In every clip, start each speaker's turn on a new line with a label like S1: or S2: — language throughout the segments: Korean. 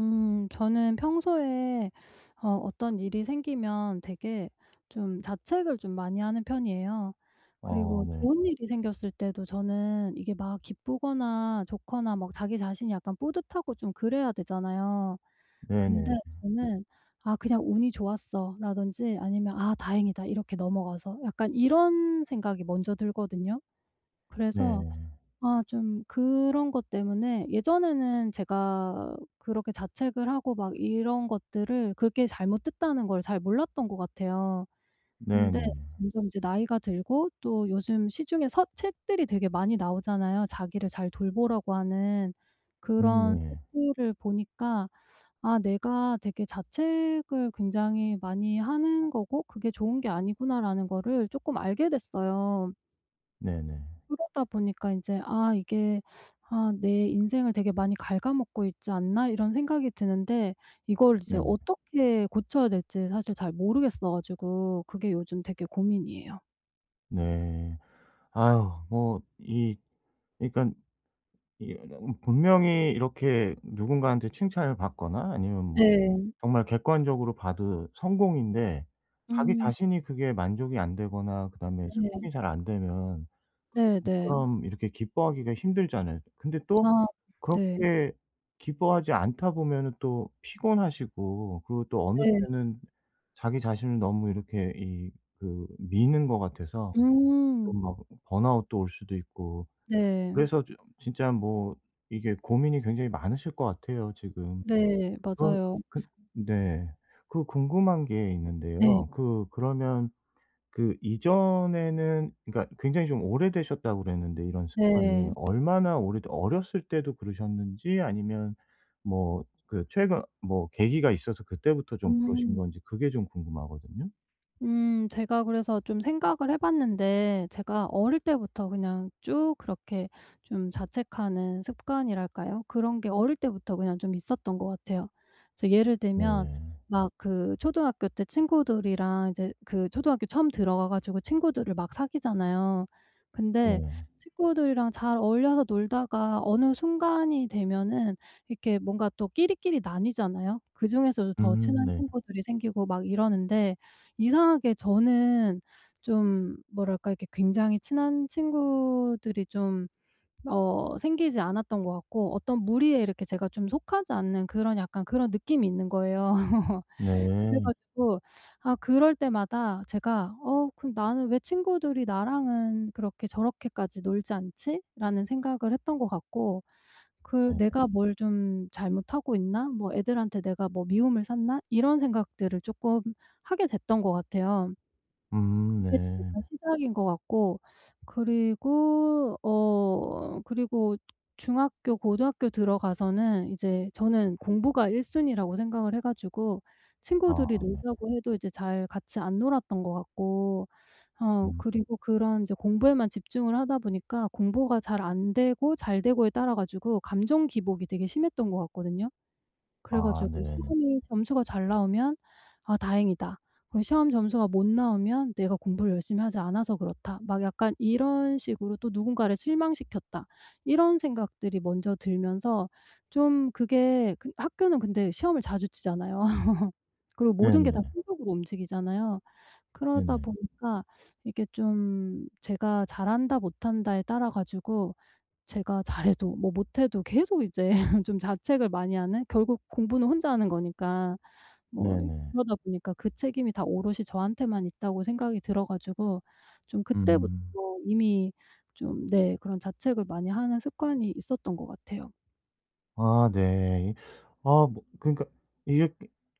S1: 저는 평소에 어 어떤 일이 생기면 되게 좀 자책을 좀 많이 하는 편이에요.
S2: 어
S1: 그리고
S2: 네.
S1: 좋은 일이 생겼을 때도 저는 이게 막 기쁘거나 좋거나 막 자기 자신이 약간 뿌듯하고 좀 그래야 되잖아요. 근데
S2: 네네.
S1: 저는 '아 그냥 운이 좋았어.'라든지 아니면 '아 다행이다.' 이렇게 넘어가서 약간 이런 생각이 먼저 들거든요. 그래서
S2: 네.
S1: 아 좀 그런 것 때문에 예전에는 제가 그렇게 자책을 하고 막 이런 것들을 그게 렇 잘못됐다는 걸 잘 몰랐던 것 같아요. 근데
S2: 네네.
S1: 점점 이제 나이가 들고 또 요즘 시중에 서 책들이 되게 많이 나오잖아요. 자기를 잘 돌보라고 하는 그런
S2: 네.
S1: 책들을 보니까 '아 내가 되게 자책을 굉장히 많이 하는 거고 그게 좋은 게 아니구나.'라는 거를 조금 알게 됐어요.
S2: 네네.
S1: 그러다 보니까 인제 '아 이게 아 내 인생을 되게 많이 갉아먹고 있지 않나?' 이런 생각이 드는데 이걸 이제
S2: 네.
S1: 어떻게 고쳐야 될지 사실 잘 모르겠어 가지고 그게 요즘 되게 고민이에요.
S2: 네. 아유, 뭐, 이 그러니깐, 이 분명히 이렇게 누군가한테 칭찬을 받거나 아니면 뭐
S1: 네.
S2: 정말 객관적으로 봐도 성공인데, 자기
S1: 음.
S2: 자신이 그게 만족이 안 되거나 그다음에
S1: 네.
S2: 수긍이 잘 안 되면 그게
S1: 네네.
S2: 좀처럼 이렇게 기뻐하기가 힘들잖아요. 근데 또
S1: 아 네.
S2: 그렇게 기뻐하지 않다 보면은 또 피곤하시고, 그리고 또 어느
S1: 네.
S2: 때는 자기 자신을 너무 이렇게 이 그 미는 것 같아서 또
S1: 음.
S2: 막 번아웃도 올 수도 있고.
S1: 네.
S2: 그래서 좀 진짜 뭐, 이게 고민이 굉장히 많으실 것 같아요, 지금.
S1: 네.
S2: 그럼,
S1: 맞아요.
S2: 네. 그 궁금한 게
S1: 네.
S2: 있는데요. 그러면 그 이전에는, 그러니까 굉장히 좀 오래되셨다고 그랬는데, 이런 습관이
S1: 네.
S2: 얼마나 오래되 어렸을 때도 그러셨는지, 아니면 뭐 그 최근 뭐 계기가 있어서 그때부터 좀 그러신
S1: 음.
S2: 건지 그게 좀 궁금하거든요.
S1: 제가 그래서 좀 생각을 해 봤는데 제가 어릴 때부터 그냥 쭉 그렇게 좀 자책하는 습관이랄까요? 그런 게 어릴 때부터 그냥 좀 있었던 것 같아요. 그래서 예를 들면
S2: 네네.
S1: 막 그 초등학교 때 친구들이랑 이제 그 초등학교 처음 들어가 가지고 친구들을 막 사귀잖아요. 근데
S2: 네.
S1: 친구들이랑 잘 어울려서 놀다가 어느 순간이 되면은 이렇게 뭔가 또 끼리끼리 나뉘잖아요. 그중에서도 더 친한
S2: 네.
S1: 친구들이 생기고 막 이러는데 이상하게 저는 좀 뭐랄까 이렇게 굉장히 친한 친구들이 좀 어 생기지 않았던 것 같고 어떤 무리에 이렇게 제가 좀 속하지 않는 그런 약간 그런 느낌이 있는 거예요. 그래
S2: 네.
S1: 가지고 아 그럴 때마다 제가 '어 그럼 나는 왜 친구들이 나랑은 그렇게 저렇게까지 놀지 않지?'라는 생각을 했던 것 같고 그
S2: 네.
S1: '내가 뭘 좀 잘못하고 있나? 뭐 애들한테 내가 뭐 미움을 샀나?' 이런 생각들을 쪼끔 하게 됐던 것 같아요. 그게 좀
S2: 네.
S1: 약간 시작인 것 같고 그리고 중학교 고등학교 들어가서는 이제 저는 공부가 1 순위라고 생각을 해 가지고 친구들이
S2: 아
S1: 놀자고 해도 이제 잘 같이 안 놀았던 것 같고 어
S2: 음.
S1: 그리고 그런 이제 공부에만 집중을 하다 보니까 공부가 잘 안 되고 잘 되고에 따라 가지고 감정 기복이 되게 심했던 것 같거든요. 그래
S2: 아
S1: 가지고
S2: 네네.
S1: 시험이 점수가 잘 나오면 '아 다행이다.' 그리고 시험 점수가 못 나오면 '내가 공부를 열심히 하지 않아서 그렇다.' 막 약간 이런 식으로 '또 누군가를 실망시켰다.' 이런 생각들이 먼저 들면서 좀 그게 그 학교는 근데 시험을 자주 치잖아요. 그리고 모든 게 다
S2: 네네.
S1: 성적으로 움직이잖아요. 그러다
S2: 네네.
S1: 보니까 이게 좀 제가 잘한다 못한다에 따라 가지고 제가 잘해도 뭐 못해도 계속 이제 좀 자책을 많이 하는 결국 공부는 혼자 하는 거니까 뭐
S2: 네네.
S1: 그러다 보니까 그 책임이 다 오롯이 저한테만 있다고 생각이 들어 가지고 좀 그때부터
S2: 음.
S1: 이미 좀 네 그런 자책을 많이 하는 습관이 있었던 것 같아요.
S2: 아 네. 아 뭐, 그러니까 이게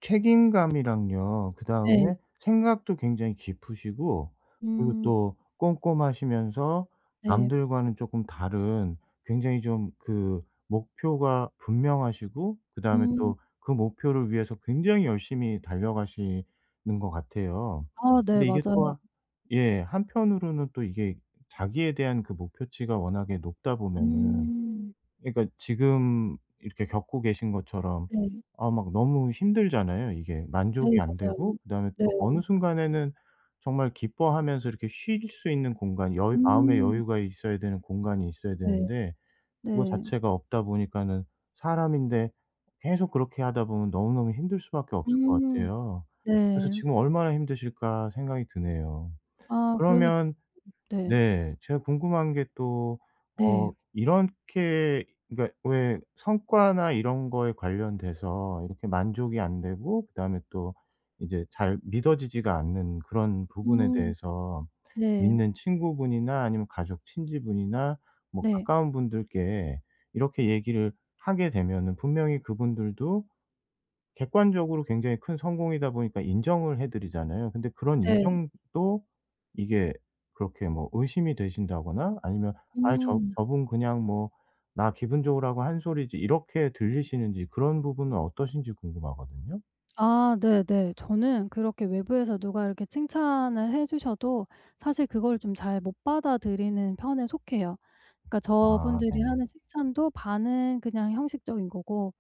S2: 책임감이랑요.
S1: 네.
S2: 그다음에 생각도 굉장히 깊으시고, 그리고
S1: 음
S2: 또 꼼꼼하시면서,
S1: 네.
S2: 남들과는 조금 다른, 굉장히 좀 그 목표가 분명하시고, 그다음에
S1: 음.
S2: 또 그 목표를 위해서 굉장히 열심히 달려가시는 것 같아요.
S1: 아 네
S2: 근데 이게 또
S1: 맞아요.
S2: 예, 한편으로는 또 이게 자기에 대한 그 목표치가 워낙에 높다 보면은,
S1: 음.
S2: 그러니까 지금 이렇게 겪고 계신 것처럼,
S1: 네.
S2: 아 막 너무 힘들잖아요 이게. 만족이
S1: 네
S2: 안 되고
S1: 맞아요.
S2: 그다음에
S1: 네.
S2: 또 어느 순간에는 정말 기뻐하면서 이렇게 쉴 수 있는 공간, 여유, 마음의
S1: 음.
S2: 여유가 있어야 되는, 공간이 있어야
S1: 네.
S2: 되는데 그거
S1: 네.
S2: 자체가 없다 보니까는, 사람인데, 계속 그렇게 하다 보면 너무너무 힘들 수밖에 없을 것
S1: 음.
S2: 같아요. 그래서
S1: 네.
S2: 지금 '얼마나 힘드실까.' 생각이 드네요.
S1: 아 그러니까요.
S2: 그러면,
S1: 네.
S2: 네. 제가 궁금한 게 또,
S1: 네.
S2: 이렇게 그러니까 왜 성과나 이런 거에 관련돼서 이렇게 만족이 안 되고 그다음에 또 이제 잘 믿어지지가 않는 그런 부분에
S1: 음.
S2: 대해서,
S1: 네.
S2: 믿는 친구분이나 아니면 가족 친지분이나 뭐
S1: 네.
S2: 가까운 분들께 이렇게 얘기를 하게 되면은, 분명히 그분들도 객관적으로 굉장히 큰 성공이다 보니까 인정을 해 드리잖아요. 근데 그런
S1: 네.
S2: 인정도 이게 그렇게 뭐 의심이 되신다거나 아니면 '아이, 저
S1: 음.
S2: 저분 그냥 뭐 나 기분 좋으라고 한 소리지.' 이렇게 들리시는지, 그런 부분은 어떠신지 궁금하거든요.
S1: 아 네네. 저는 그렇게 외부에서 누가 이렇게 칭찬을 해 주셔도 사실 그걸 좀 잘 못 받아들이는 편에 속해요. 그러니까
S2: 아
S1: 저분들이
S2: 네네.
S1: 하는 칭찬도 반은 그냥 형식적인 거고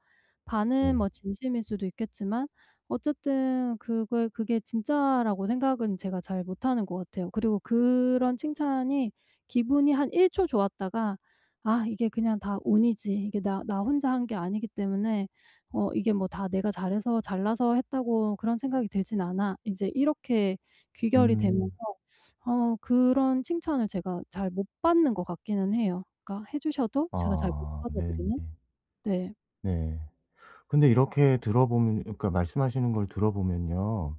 S1: 반은
S2: 네.
S1: 뭐 진심일 수도 있겠지만 어쨌든 그걸 그게 진짜라고 생각은 제가 잘 못하는 것 같아요. 그리고 그런 칭찬이 기분이 한 1초 좋았다가 '아 이게 그냥 다 운이지. 이게 나 혼자 한 게 아니기 때문에 어 이게 뭐 다 내가 잘해서 잘나서 했다고 그런 생각이 들진 않아.' 이제 이렇게 귀결이 되면서
S2: 음.
S1: 어 그런 칭찬을 제가 잘 못 받는 것 같기는 해요. 그러니까 해 주셔도 제가 잘 못
S2: 아 네네.
S1: 받아들이는? 네.
S2: 네. 근데 이렇게 들어보면, 그러니까 말씀하시는 걸 들어보면요,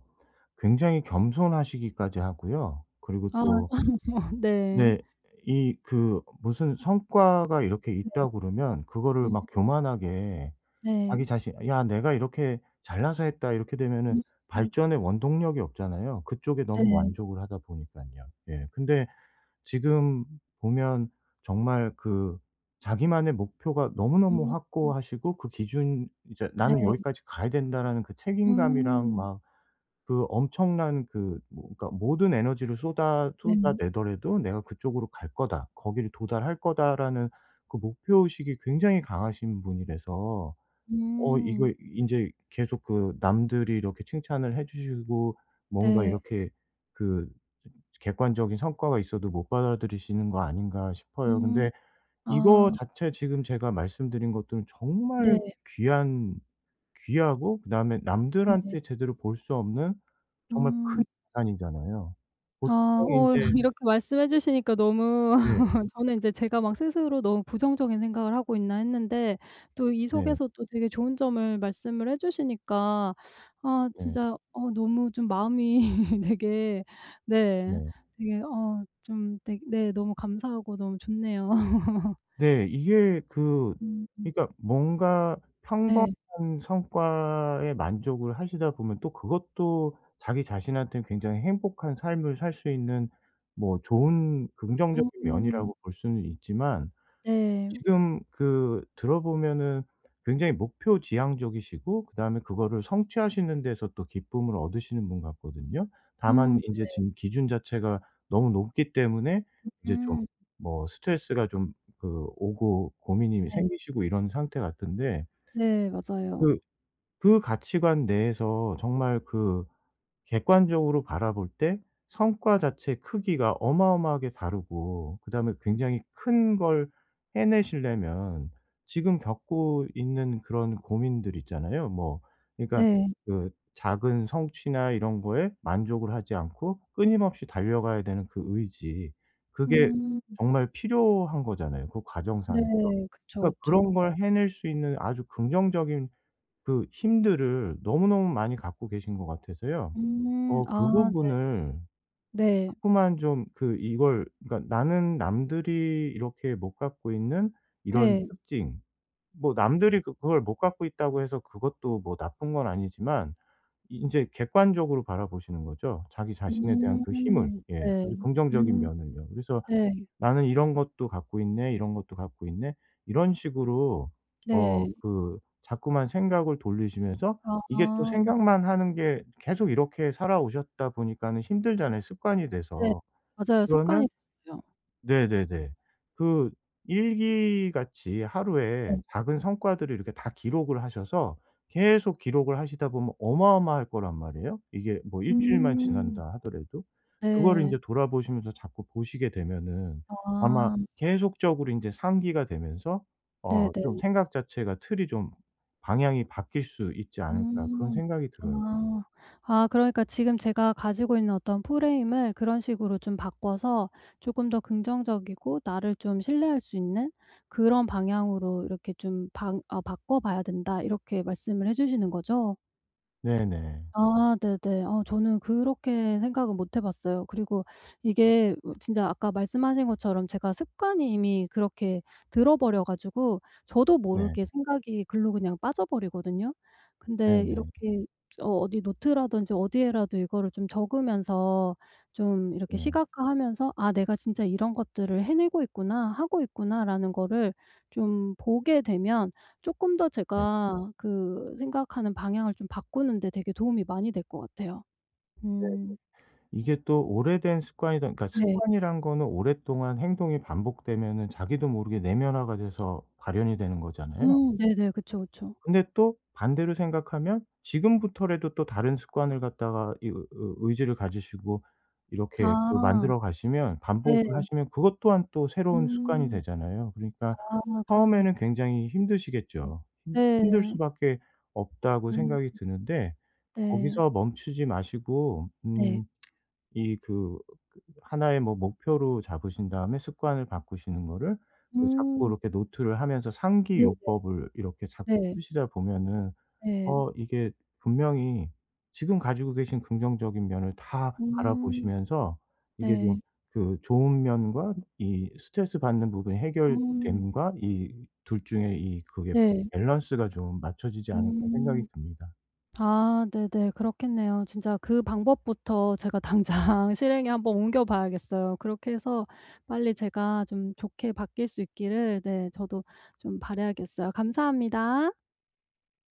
S2: 굉장히 겸손하시기까지 하고요. 그리고
S1: 아.
S2: 또
S1: 어 네.
S2: 네. 이 그 무슨 성과가 이렇게 있다 그러면 그거를
S1: 네.
S2: 막 교만하게
S1: 네.
S2: 자기 자신, '야 내가 이렇게 잘나서 했다.' 이렇게 되면은
S1: 음 음
S2: 발전의 원동력이 없잖아요. 그쪽에 너무
S1: 네.
S2: 만족을 하다 보니깐요. 예. 근데 지금 보면 정말 그 자기만의 목표가 너무너무
S1: 음 음
S2: 확고하시고, 그 기준, 이제
S1: 네.
S2: '나는 여기까지 가야 된다.'라는 그 책임감이랑,
S1: 음
S2: 막 그 엄청난, 그 뭐 그러니까 모든 에너지를
S1: 네.
S2: 쏟아내더라도 '내가 그쪽으로 갈 거다. 거기를 도달할 거다.'라는 그 목표 의식이 굉장히 강하신 분이라서,
S1: 음
S2: 이거 인제 계속, 그 남들이 이렇게 칭찬을 해 주시고 뭔가
S1: 네.
S2: 이렇게 그 객관적인 성과가 있어도 못 받아들이시는 거 아닌가 싶어요.
S1: 음
S2: 근데 이거
S1: 아
S2: 자체, 지금 제가 말씀드린 것들은 정말
S1: 네.
S2: 귀한 귀하고, 그다음에
S1: 네.
S2: 남들한테 제대로 볼 수 없는 정말 큰
S1: 음.
S2: 자산이잖아요. 보통
S1: 아 어
S2: 인제.
S1: 이렇게 말씀해 주시니까 너무
S2: 네.
S1: 저는 인제 제가 막 스스로 너무 부정적인 생각을 하고 있나 했는데 또 이
S2: 네.
S1: 속에서 또 되게 좋은 점을 말씀을 해 주시니까 아
S2: 네.
S1: 진짜 어 너무 좀 마음이 되게 네
S2: 네.
S1: 되게 어 좀 되게 네 너무 감사하고 너무 좋네요.
S2: 네. 이게 그,
S1: 음
S2: 그러니까 뭔가 평범한
S1: 네.
S2: 성과에 만족을 하시다 보면 또 그것도 자기 자신한테는 굉장히 행복한 삶을 살 수 있는 뭐 좋은 긍정적인
S1: 음
S2: 면이라고 볼 수는 있지만,
S1: 네.
S2: 지금 그 들어보면은, 굉장히 목표 지향적이시고 그다음에 그거를 성취하시는 데서 또 기쁨을 얻으시는 분 같거든요. 다만
S1: 음
S2: 인제 지금 기준 자체가 너무 높기 때문에 이제 좀
S1: 음
S2: 뭐 스트레스가 좀 그 오고 고민이
S1: 네.
S2: 생기시고 이런 상태 같은데,
S1: 네 맞아요.
S2: 그 그 가치관 내에서 정말 그 객관적으로 바라볼 때 성과 자체 크기가 어마어마하게 다르고, 그다음에 굉장히 큰 걸 해내시려면 지금 겪고 있는 그런 고민들 있잖아요. 뭐 그러니까
S1: 네.
S2: 그 작은 성취나 이런 거에 만족을 하지 않고 끊임없이 달려가야 되는 그 의지. 그게
S1: 음
S2: 정말 필요한 거잖아요, 그 과정상에서.
S1: 네. 그쵸,
S2: 그러니까
S1: 그쵸.
S2: 그런 걸 해낼 수 있는 아주 긍정적인 그 힘들을 너무너무 많이 갖고 계신 것 같아서요.
S1: 음.
S2: 그
S1: 아
S2: 부분을
S1: 네. 네.
S2: 자꾸만 좀 그 이걸, 그러니까 나는 남들이 이렇게 못 갖고 있는 이런
S1: 네.
S2: 특징, 뭐 남들이 그 그걸 못 갖고 있다고 해서 그것도 뭐 나쁜 건 아니지만, 이 인제 객관적으로 바라보시는 거죠, 자기 자신에 대한 그 힘을.
S1: 음.
S2: 예, 아주
S1: 네.
S2: 긍정적인
S1: 음.
S2: 면을요. 그래서
S1: 네.
S2: "나는 이런 것도 갖고 있네. 이런 것도 갖고 있네." 이런 식으로,
S1: 네.
S2: 그 자꾸만 생각을 돌리시면서, 이게 또
S1: 아
S2: 생각만 하는 게 계속 이렇게 살아오셨다 보니까는 힘들잖아요, 습관이
S1: 네.
S2: 돼서.
S1: 맞아요.
S2: 그러면,
S1: 습관이 됐어요.
S2: 네네네. 그 일기같이
S1: 네.
S2: 하루에 작은 성과들을 이렇게 다 기록을 하셔서 계속 기록을 하시다 보면 어마어마할 거란 말이에요. 이게 뭐 일 주일만
S1: 음.
S2: 지난다 하더라도. 그거를
S1: 네.
S2: 인제 돌아보시면서 자꾸 보시게 되면은, 아마
S1: 아
S2: 계속적으로 인제 상기가 되면서, 좀
S1: 네네.
S2: 생각 자체가, 틀이 좀 방향이 바뀔 수 있지 않을까 그런
S1: 음.
S2: 생각이 들어요.
S1: 아. 아 그러니까 지금 제가 가지고 있는 어떤 프레임을 그런 식으로 좀 바꿔서 조금 더 긍정적이고 나를 좀 신뢰할 수 있는 그런 방향으로 이렇게 좀 방 어 '바꿔 봐야 된다.' 이렇게 말씀을 해 주시는 거죠?
S2: 네네.
S1: 아 네네. 어 저는 그렇게 생각은 못 해 봤어요. 그리고 이게 어 진짜 아까 말씀하신 것처럼 제가 습관이 이미 그렇게 들어 버려 가지고 저도
S2: 네.
S1: 모르게 생각이 글로 그냥 빠져버리거든요. 근데
S2: 네네.
S1: 이렇게 어 어디 노트라든지 어디에라도 이거를 좀 적으면서 좀 이렇게
S2: 네.
S1: 시각화하면서 '아 내가 진짜 이런 것들을 해내고 있구나. 하고 있구나.'라는 거를 좀 보게 되면 쪼끔 더
S2: 네.
S1: 제가 그 생각하는 방향을 좀 바꾸는 데 되게 도움이 많이 될 것 같아요.
S2: 네.
S1: 음
S2: 이게 또 오래된 습관이다, 그러니까
S1: 네.
S2: 습관이란 거는 오랫동안 행동이 반복되면은 자기도 모르게 내면화가 돼서 발현이 되는 거잖아요.
S1: 네네. 그쵸, 그쵸.
S2: 근데 또 반대로 생각하면 지금부터라도 또 다른 습관을 갖다가 이 의지를 가지시고 이렇게 그
S1: 아
S2: 만들어 가시면,
S1: 네.
S2: 반복을 하시면 그것 또한 또 새로운 습관이
S1: 음.
S2: 되잖아요. 그러니까
S1: 아 그렇네요.
S2: 처음에는 굉장히 힘드시겠죠. 힘 힘들
S1: 네.
S2: 수밖에 없다고
S1: 음
S2: 생각이 드는데,
S1: 네.
S2: 거기서 멈추지 마시고,
S1: 네.
S2: 이그 하나의 뭐 목표로 잡으신 다음에 습관을 바꾸시는 거를 그 자꾸
S1: 음
S2: 이렇게 노트를 하면서 상기
S1: 네
S2: 요법을 이렇게 자꾸
S1: 네.
S2: 쓰시다 보면은,
S1: 네.
S2: 이게 분명히 지금 가지고 계신 긍정적인 면을 다
S1: 음
S2: 바라보시면서, 이게 좀
S1: 네.
S2: 그 좋은 면과 이 스트레스 받는 부분이
S1: 음
S2: 해결됨과 이 둘 중에 이 그게
S1: 네.
S2: '밸런스가 좀 맞춰지지 않을까.' 생각이
S1: 음.
S2: 듭니다.
S1: 아 네네. 그렇겠네요. 진짜 그 방법부터 제가 당장 실행에 한번 옮겨 봐야겠어요. 그렇게 해서 빨리 제가 좀 좋게 바뀔 수 있기를 네 저도 좀 바라야겠어요. 감사합니다.